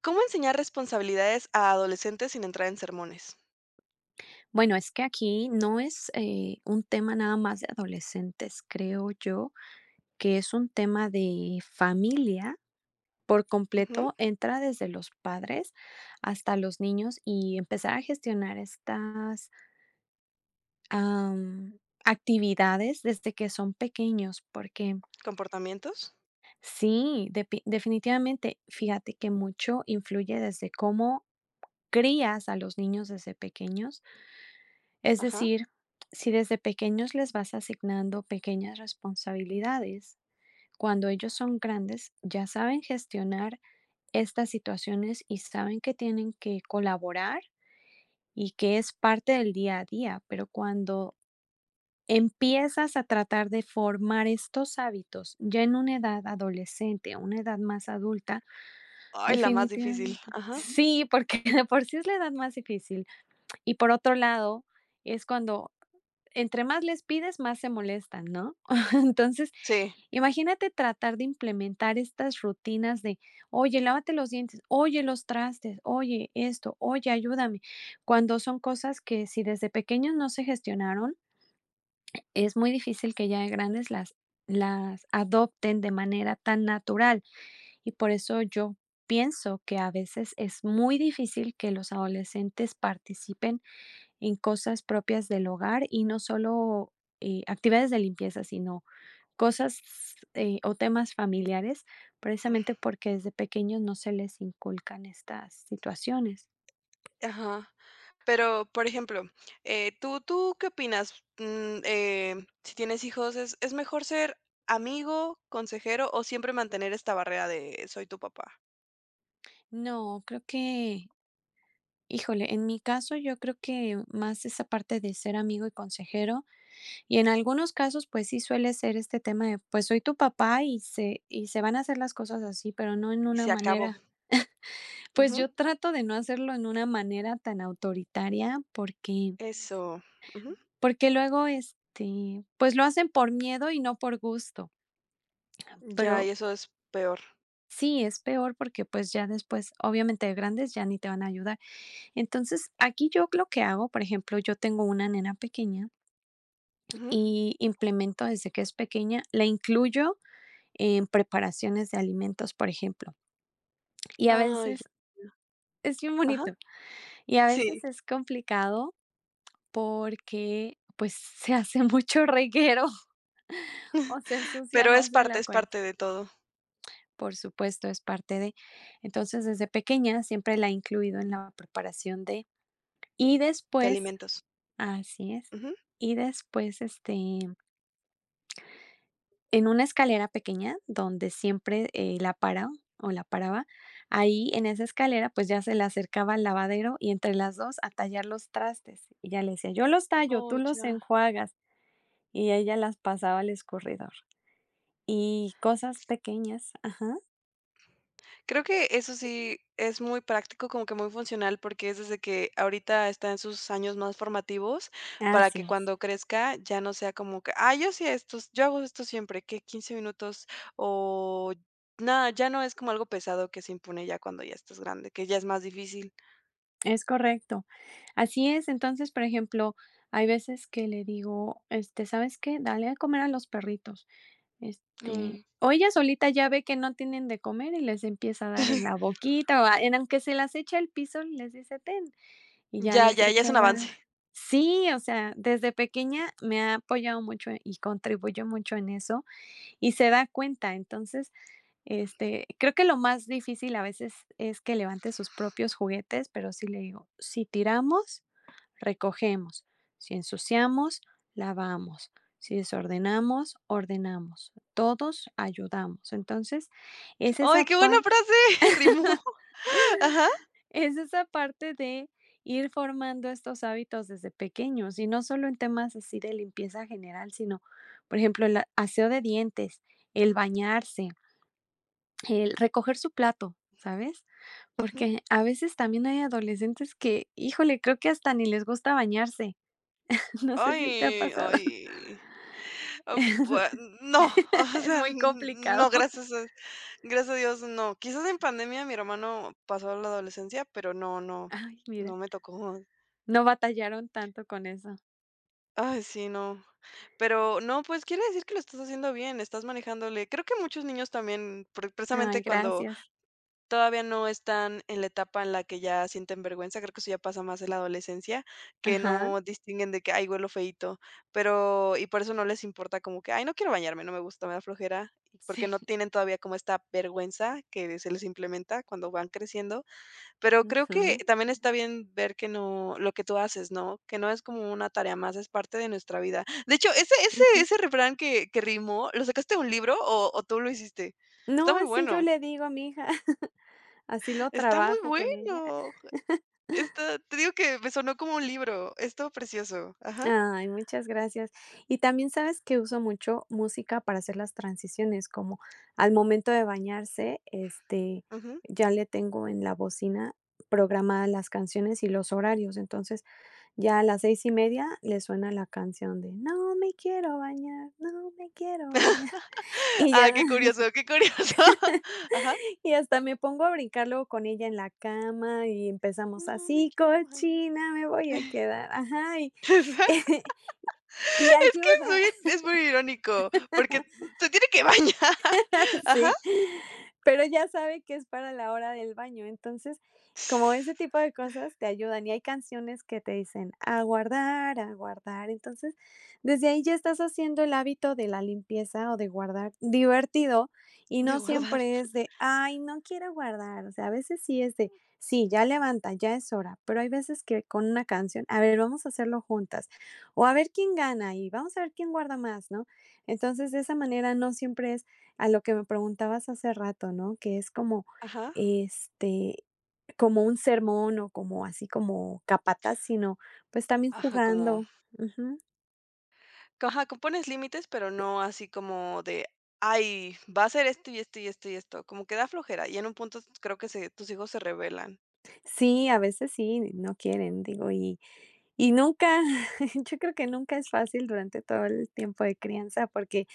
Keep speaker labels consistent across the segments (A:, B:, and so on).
A: ¿Cómo enseñar responsabilidades a adolescentes sin entrar en sermones?
B: Bueno, es que aquí no es, un tema nada más de adolescentes, creo yo, que es un tema de familia por
A: Ujú,
B: completo, entra desde los padres hasta los niños y empezar a gestionar estas, am, actividades desde que son pequeños, porque
A: ¿comportamientos?
B: sí, depi definitivamente, fíjate que mucho influye desde cómo crías a los niños desde pequeños. Es
A: Ajá.
B: decir, si desde pequeños les vas asignando pequeñas responsabilidades, cuando ellos son grandes ya saben gestionar estas situaciones y saben que tienen que colaborar y que es parte del día a día, pero cuando empiezas a tratar de formar estos hábitos ya en una edad adolescente o una edad más adulta,
A: Ay, la más difícil.
B: definitivamente.
A: Ajá.
B: Sí, porque de por sí es la edad más difícil. Y por otro lado, es cuando entre más les pides, más se molestan, ¿no? Entonces,
A: Sí,
B: imagínate tratar de implementar estas rutinas de, oye, lávate los dientes, oye, los trastes, oye, esto, oye, ayúdame, cuando son cosas que si desde pequeños no se gestionaron, es muy difícil que ya de grandes las adopten de manera tan natural. Y por eso yo pienso que a veces es muy difícil que los adolescentes participen en cosas propias del hogar y no solo actividades de limpieza, sino cosas o temas familiares, precisamente porque desde pequeños no se les inculcan estas situaciones.
A: ajá. Pero, por ejemplo, ¿tú qué opinas? Si tienes hijos, ¿es mejor ser amigo, consejero o siempre mantener esta barrera de soy tu papá?
B: No, creo que, híjole, en mi caso yo creo que más esa parte de ser amigo y consejero y en algunos casos pues sí suele ser este tema de pues soy tu papá y se van a hacer las cosas así, pero no en
A: Y
B: una
A: se acabó.
B: manera. Pues
A: Ujú,
B: yo trato de no hacerlo en una manera tan autoritaria porque,
A: eso. Ujú.
B: porque luego, este, pues lo hacen por miedo y no por gusto,
A: Ya, y
B: pero
A: eso es peor.
B: sí, es peor porque, pues, ya después, obviamente, de grandes ya ni te van a ayudar. Entonces, aquí yo lo que hago, por ejemplo, yo tengo una nena pequeña
A: Ujú.
B: y implemento desde que es pequeña, la incluyo en preparaciones de alimentos, por ejemplo, y a
A: Ay,
B: veces
A: ya.
B: es bien
A: Ajá.
B: bonito, y a veces
A: Sí,
B: es complicado porque, pues, se hace mucho reguero o se ensucia
A: pero es
B: más de
A: parte
B: la
A: es
B: cuenta.
A: parte de todo,
B: Por supuesto, es parte de. Entonces, desde pequeña siempre la he incluido en la preparación de. Y
A: de
B: después,
A: alimentos.
B: así es.
A: Ujú.
B: Y después, este, en una escalera pequeña donde siempre la para o la paraba, ahí en esa escalera, pues ya se le acercaba al lavadero y entre las dos a tallar los trastes. Y ya le decía, yo los tallo,
A: Oh,
B: tú los
A: ya.
B: enjuagas. Y ella las pasaba al escurridor. Y cosas pequeñas, ajá,
A: Creo que eso sí es muy práctico, como que muy funcional, porque es desde que ahorita está en sus años más formativos, para
B: así
A: que cuando crezca ya no sea como que, ah, yo hacía estos, yo hago esto siempre, que 15 minutos o nada, ya no es como algo pesado que se impone ya cuando ya estás grande, que ya es más difícil.
B: es correcto. Así es, entonces, por ejemplo, hay veces que le digo, este, ¿sabes qué? Dale a comer a los perritos,
A: Mm,
B: este, o ella solita ya ve que no tienen de comer y les empieza a dar en la boquita, o a en aunque se las eche al piso, les dice: "Ten", y ya
A: ya,
B: les
A: ya, ya es
B: echa
A: un avance.
B: la. Sí, o sea, desde pequeña me ha apoyado mucho y contribuyó mucho en eso, y se da cuenta. Entonces, este, creo que lo más difícil a veces es que levante sus propios juguetes, pero sí le digo, si tiramos, recogemos, si ensuciamos, lavamos, si desordenamos, ordenamos, todos ayudamos. Entonces, es
A: ¡Ay,
B: esa
A: qué buena
B: parte,
A: frase! Rimó. Ajá.
B: es esa parte de ir formando estos hábitos desde pequeños y no solo en temas así de limpieza general, sino, por ejemplo, el aseo de dientes, el bañarse, el recoger su plato, ¿sabes?
A: Ujú.
B: Porque a veces también hay adolescentes que, híjole, creo que hasta ni les gusta bañarse. No sé si te ha
A: Ay,
B: pasado.
A: ay. Am, bua- no, o
B: Es
A: sea,
B: muy complicado.
A: no, gracias. Gracias a Dios, no. Quizás en pandemia mi hermano pasó la adolescencia, pero no, no,
B: Ay, mira,
A: no me tocó.
B: no batallaron tanto con eso.
A: Ay, sí, no. Pero no, pues quiere decir que lo estás haciendo bien, estás manejándole. Creo que muchos niños también, precisamente
B: Ay,
A: cuando
B: gracias.
A: todavía no están en la etapa en la que ya sienten vergüenza, creo que eso ya pasa más en la adolescencia, que
B: Ajá,
A: no distinguen de que, ay, huelo feíto, pero, y por eso no les importa como que, ay, no quiero bañarme, no me gusta, me da flojera, y porque
B: sí.
A: no tienen todavía como esta vergüenza que se les implementa cuando van creciendo. Pero creo que
B: Ujú,
A: también está bien ver que no lo que tú haces, ¿no? Que no es como una tarea más, es parte de nuestra vida. De hecho, ese ese
B: ujú.
A: ese refrán que rimó, ¿lo sacaste de un libro o tú lo hiciste? Está
B: No,
A: muy
B: así yo
A: bueno,
B: le digo a mi hija, así lo
A: está muy
B: trabajo con ella.
A: bueno. Está te digo que me sonó como un libro, estuvo precioso. Ajá,
B: Ay, muchas gracias. Y también sabes que uso mucho música para hacer las transiciones, como al momento de bañarse, este,
A: ujú.
B: ya le tengo en la bocina programadas las canciones y los horarios. Entonces, ya a las 6:30 le suena la canción de No me quiero bañar, no me quiero bañar. Y
A: Ah,
B: ya,
A: qué curioso, qué curioso. Ajá.
B: y hasta me pongo a brincar luego con ella en la cama y empezamos
A: No me
B: así,
A: quiero bañar.
B: cochina, me voy a quedar. Ajá, y, y
A: Es que es
B: ayuda,
A: muy es muy irónico, porque se tiene que bañar.
B: sí, pero ya sabe que es para la hora del baño. Entonces, como ese
A: Ajá.
B: tipo de cosas te ayudan y hay canciones que te dicen a guardar, a guardar. Entonces, desde ahí ya estás haciendo el hábito de la limpieza o de guardar divertido y
A: De
B: no
A: guardar.
B: siempre es de, ay, no quiero guardar. O sea, a veces sí es de, sí, ya levanta, ya es hora, pero hay veces que con una canción, a ver, vamos a hacerlo juntas o a ver quién gana y vamos a ver quién guarda más, ¿no? Entonces, de esa manera no siempre es, a lo que me preguntabas hace rato, ¿no? Que es como,
A: Ajá,
B: este, como un sermón o como así como capataz, sino, pues, también
A: ajá, como
B: jugando. Ujú.
A: ajá, que pones límites, pero no así como de: "Ay, va a ser esto, y esto, y esto, y esto". Como que da flojera, y en un punto creo que se tus hijos se rebelan.
B: Sí, a veces sí, no quieren, digo, nunca, yo creo que nunca es fácil durante todo el tiempo de crianza, porque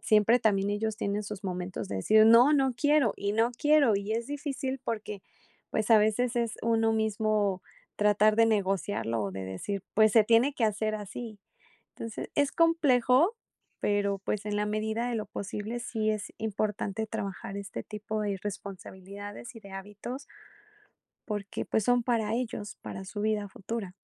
B: siempre también ellos tienen sus momentos de decir: "No, no quiero, y no quiero", y es difícil porque, pues, a veces es uno mismo tratar de negociarlo o de decir: "Pues, se tiene que hacer así". Entonces, es complejo, pero, pues, en la medida de lo posible, sí es importante trabajar este tipo de responsabilidades y de hábitos, porque, pues, son para ellos, para su vida futura.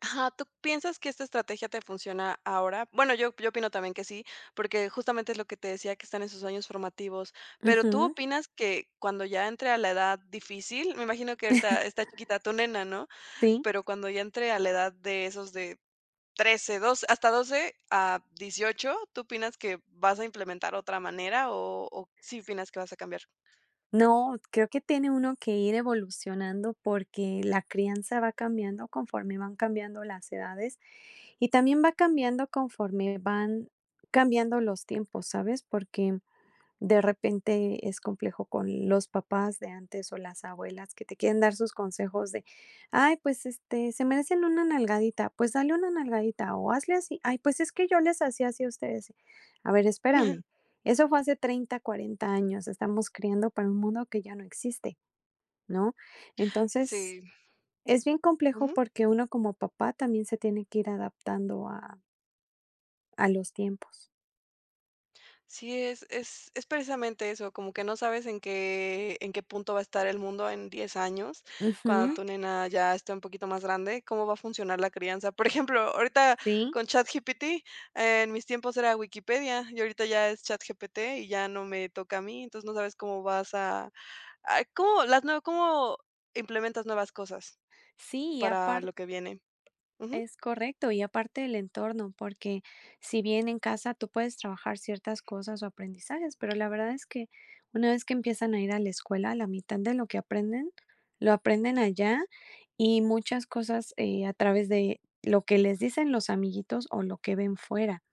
A: Ajá, ¿tú piensas que esta estrategia te funciona ahora? Bueno, yo opino también que sí, porque justamente es lo que te decía, que están en sus años formativos, pero, ¿tú
B: Ujú,
A: opinas que cuando ya entre a la edad difícil? Me imagino que ahorita está chiquita tu nena, ¿no?
B: sí.
A: Pero cuando ya entre a la edad de esos de 13 12, hasta 12 a 18, ¿tú opinas que vas a implementar otra manera o sí opinas que vas a cambiar?
B: No, creo que tiene uno que ir evolucionando porque la crianza va cambiando conforme van cambiando las edades y también va cambiando conforme van cambiando los tiempos, ¿sabes? Porque de repente es complejo con los papás de antes o las abuelas que te quieren dar sus consejos de, ay, pues este, se merecen una nalgadita, pues dale una nalgadita o hazle así, ay, pues es que yo les hacía así a ustedes. A ver, espérame, eso fue hace 30 o 40 años, estamos criando para un mundo que ya no existe, ¿no? Entonces,
A: Sí,
B: es bien complejo
A: ujú.
B: porque uno como papá también se tiene que ir adaptando a los tiempos.
A: Sí, es precisamente eso, como que no sabes en qué punto va a estar el mundo en 10 años, cuando
B: Ujú,
A: tu nena ya esté un poquito más grande, cómo va a funcionar la crianza. Por ejemplo, ahorita
B: sí,
A: con ChatGPT, en mis tiempos era Wikipedia y ahorita ya es ChatGPT y ya no me toca a mí, entonces no sabes cómo vas a… Ay, ¿cómo las nue cómo implementas nuevas cosas
B: sí, y
A: para
B: aparte.
A: lo que viene? Ujú.
B: Es correcto, y aparte del entorno, porque si bien en casa tú puedes trabajar ciertas cosas o aprendizajes, pero la verdad es que una vez que empiezan a ir a la escuela, la mitad de lo que aprenden, lo aprenden allá y muchas cosas a través de lo que les dicen los amiguitos o lo que ven fuera.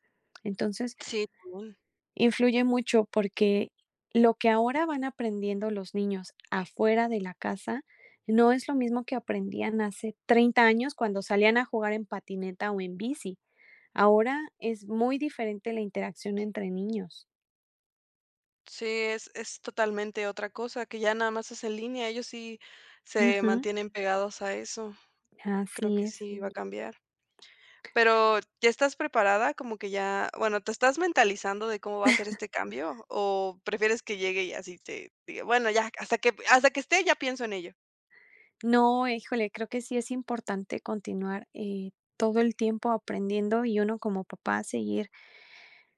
B: Entonces,
A: Sí, también.
B: influye mucho porque lo que ahora van aprendiendo los niños afuera de la casa no es lo mismo que aprendían hace 30 años cuando salían a jugar en patineta o en bici. Ahora es muy diferente la interacción entre niños.
A: Sí, es totalmente otra cosa, que ya nada más es en línea, ellos sí se
B: Ujú,
A: mantienen pegados a eso. Creo
B: así
A: que
B: es.
A: sí va a cambiar. Pero, ¿ya estás preparada? Como que ya, bueno, ¿te estás mentalizando de cómo va a ser este cambio, o prefieres que llegue y así te diga: "Bueno, ya, hasta que esté, ya pienso en ello"?
B: No, híjole, creo que sí es importante continuar, todo el tiempo aprendiendo y uno como papá seguir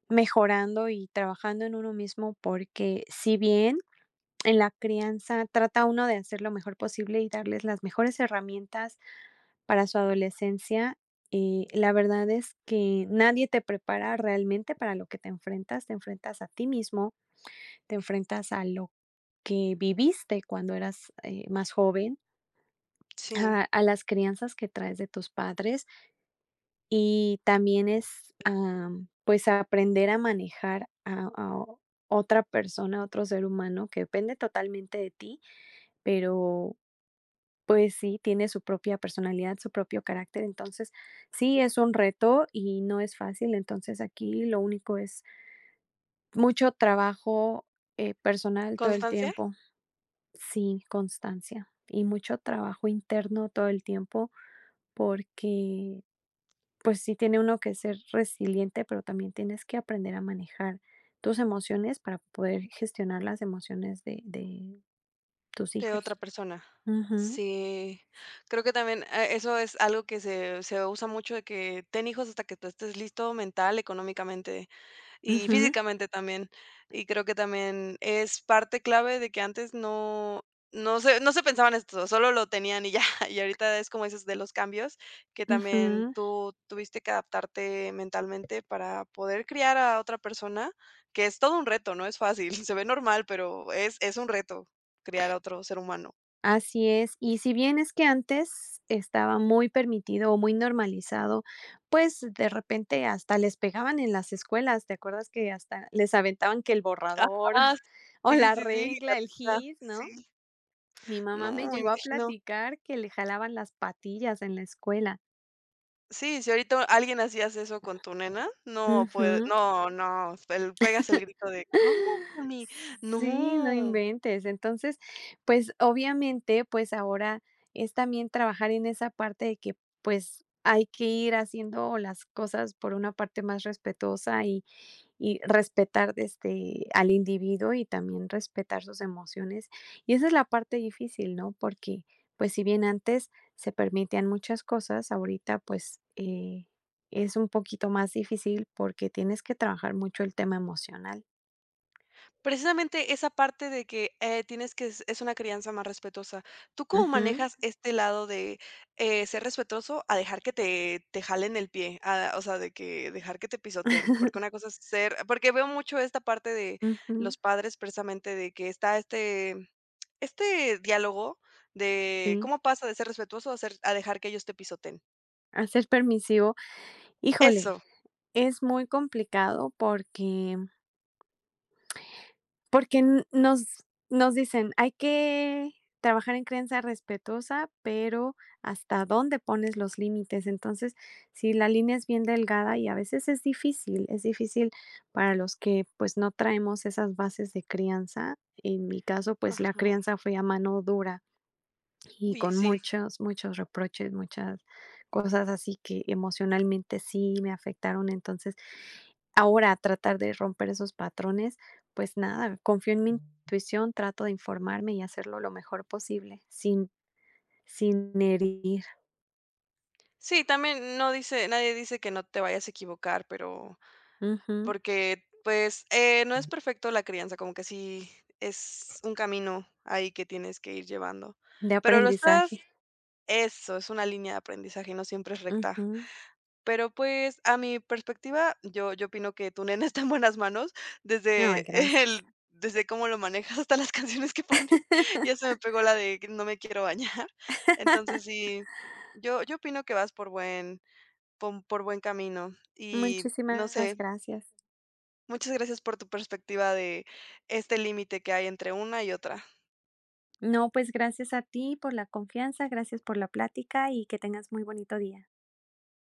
B: mejorando y trabajando en uno mismo, porque si bien en la crianza trata uno de hacer lo mejor posible y darles las mejores herramientas para su adolescencia. La verdad es que nadie te prepara realmente para lo que te enfrentas. Te enfrentas a ti mismo, te enfrentas a lo que viviste cuando eras más joven,
A: Sí,
B: a las crianzas que traes de tus padres y también es pues aprender a manejar a otra persona, otro ser humano que depende totalmente de ti, pero pues sí, tiene su propia personalidad, su propio carácter. Entonces, sí, es un reto y no es fácil. Entonces, aquí lo único es mucho trabajo, personal todo el
A: constancia.
B: tiempo. Sí, constancia y mucho trabajo interno todo el tiempo, porque, pues sí tiene uno que ser resiliente, pero también tienes que aprender a manejar tus emociones para poder gestionar las emociones de tus
A: De otra
B: hijos.
A: persona.
B: Ujú,
A: Sí, creo que también, ah, eso es algo que se usa mucho de que ten hijos hasta que tú estés listo mental, económicamente. Y
B: ujú,
A: físicamente también. Y creo que también es parte clave de que antes no no se pensaban en esto, solo lo tenían y ya. Y ahorita es como dices de los cambios, que también
B: ujú.
A: tú tuviste que adaptarte mentalmente para poder criar a otra persona, que es todo un reto, no es fácil. Se ve normal, pero es un reto criar a otro ser humano.
B: Así es, y si bien es que antes estaba muy permitido o muy normalizado, pues de repente hasta les pegaban en las escuelas, ¿te acuerdas que hasta les aventaban que el borrador
A: Ajá,
B: o
A: sí,
B: la
A: sí, sí,
B: regla, el
A: la neta,
B: gis, no?
A: sí.
B: Mi mamá me
A: No, me
B: llegó a
A: imagino.
B: platicar que le jalaban las patillas en la escuela.
A: Sí, si ahorita alguien hacías eso con tu nena, no puede
B: Ujú.
A: no, no, el pegas el grito de: "¿Cómo con mi?".
B: Sí, no
A: No,
B: inventes. Entonces, pues, obviamente, pues, ahora es también trabajar en esa parte de que, pues, hay que ir haciendo las cosas por una parte más respetuosa y respetar, este, al individuo y también respetar sus emociones. Y esa es la parte difícil, ¿no? Porque, pues, si bien antes se permitían muchas cosas, ahorita, pues, es un poquito más difícil porque tienes que trabajar mucho el tema emocional.
A: precisamente esa parte de que, tienes que es una crianza más respetuosa. ¿Tú cómo
B: Ujú.
A: manejas este lado de, ser respetuoso a dejar que te jalen el pie? A o sea, de que dejar que te pisoteen, porque una cosa es ser porque veo mucho esta parte de
B: Ujú,
A: los padres precisamente de que está este… Este diálogo de
B: sí,
A: cómo pasa de ser respetuoso a ser a dejar que ellos te pisoten.
B: a ser permisivo. Híjole,
A: Eso.
B: es muy complicado porque, porque n nos dicen: "Hay que trabajar en crianza respetuosa, pero hasta dónde pones los límites". Entonces, si la línea es bien delgada y a veces es difícil para los que, pues, no traemos esas bases de crianza. En mi caso, pues, la
A: Ajá.
B: crianza fue a mano dura. Y
A: Uy,
B: con
A: sí.
B: muchos, muchos reproches, muchas cosas así que emocionalmente sí me afectaron. Entonces, ahora tratar de romper esos patrones, pues nada, confío en mi intuición, trato de informarme y hacerlo lo mejor posible, sin herir.
A: Sí, también no dice nadie dice que no te vayas a equivocar, pero
B: Ujú.
A: porque, pues, no es perfecto la crianza, como que sí es un camino ahí que tienes que ir llevando.
B: De
A: Pero lo estás
B: aprendizaje.
A: eso, es una línea de aprendizaje, no siempre es recta.
B: Ujú.
A: Pero, pues, a mi perspectiva, yo opino que tu nene está en buenas manos
B: Ay, gracias.
A: desde cómo lo manejas hasta las canciones que ponen. Ya se me pegó la de que no me quiero bañar. Entonces, sí, yo opino que vas por buen pon por buen camino y, no
B: Muchísimas
A: sé,
B: gracias.
A: muchas gracias por tu perspectiva de este límite que hay entre una y otra.
B: No, pues gracias a ti por la confianza, gracias por la plática y que tengas muy bonito día.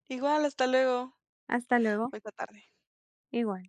A: Igual, hasta luego.
B: Hasta luego.
A: Buena tarde.
B: Igual.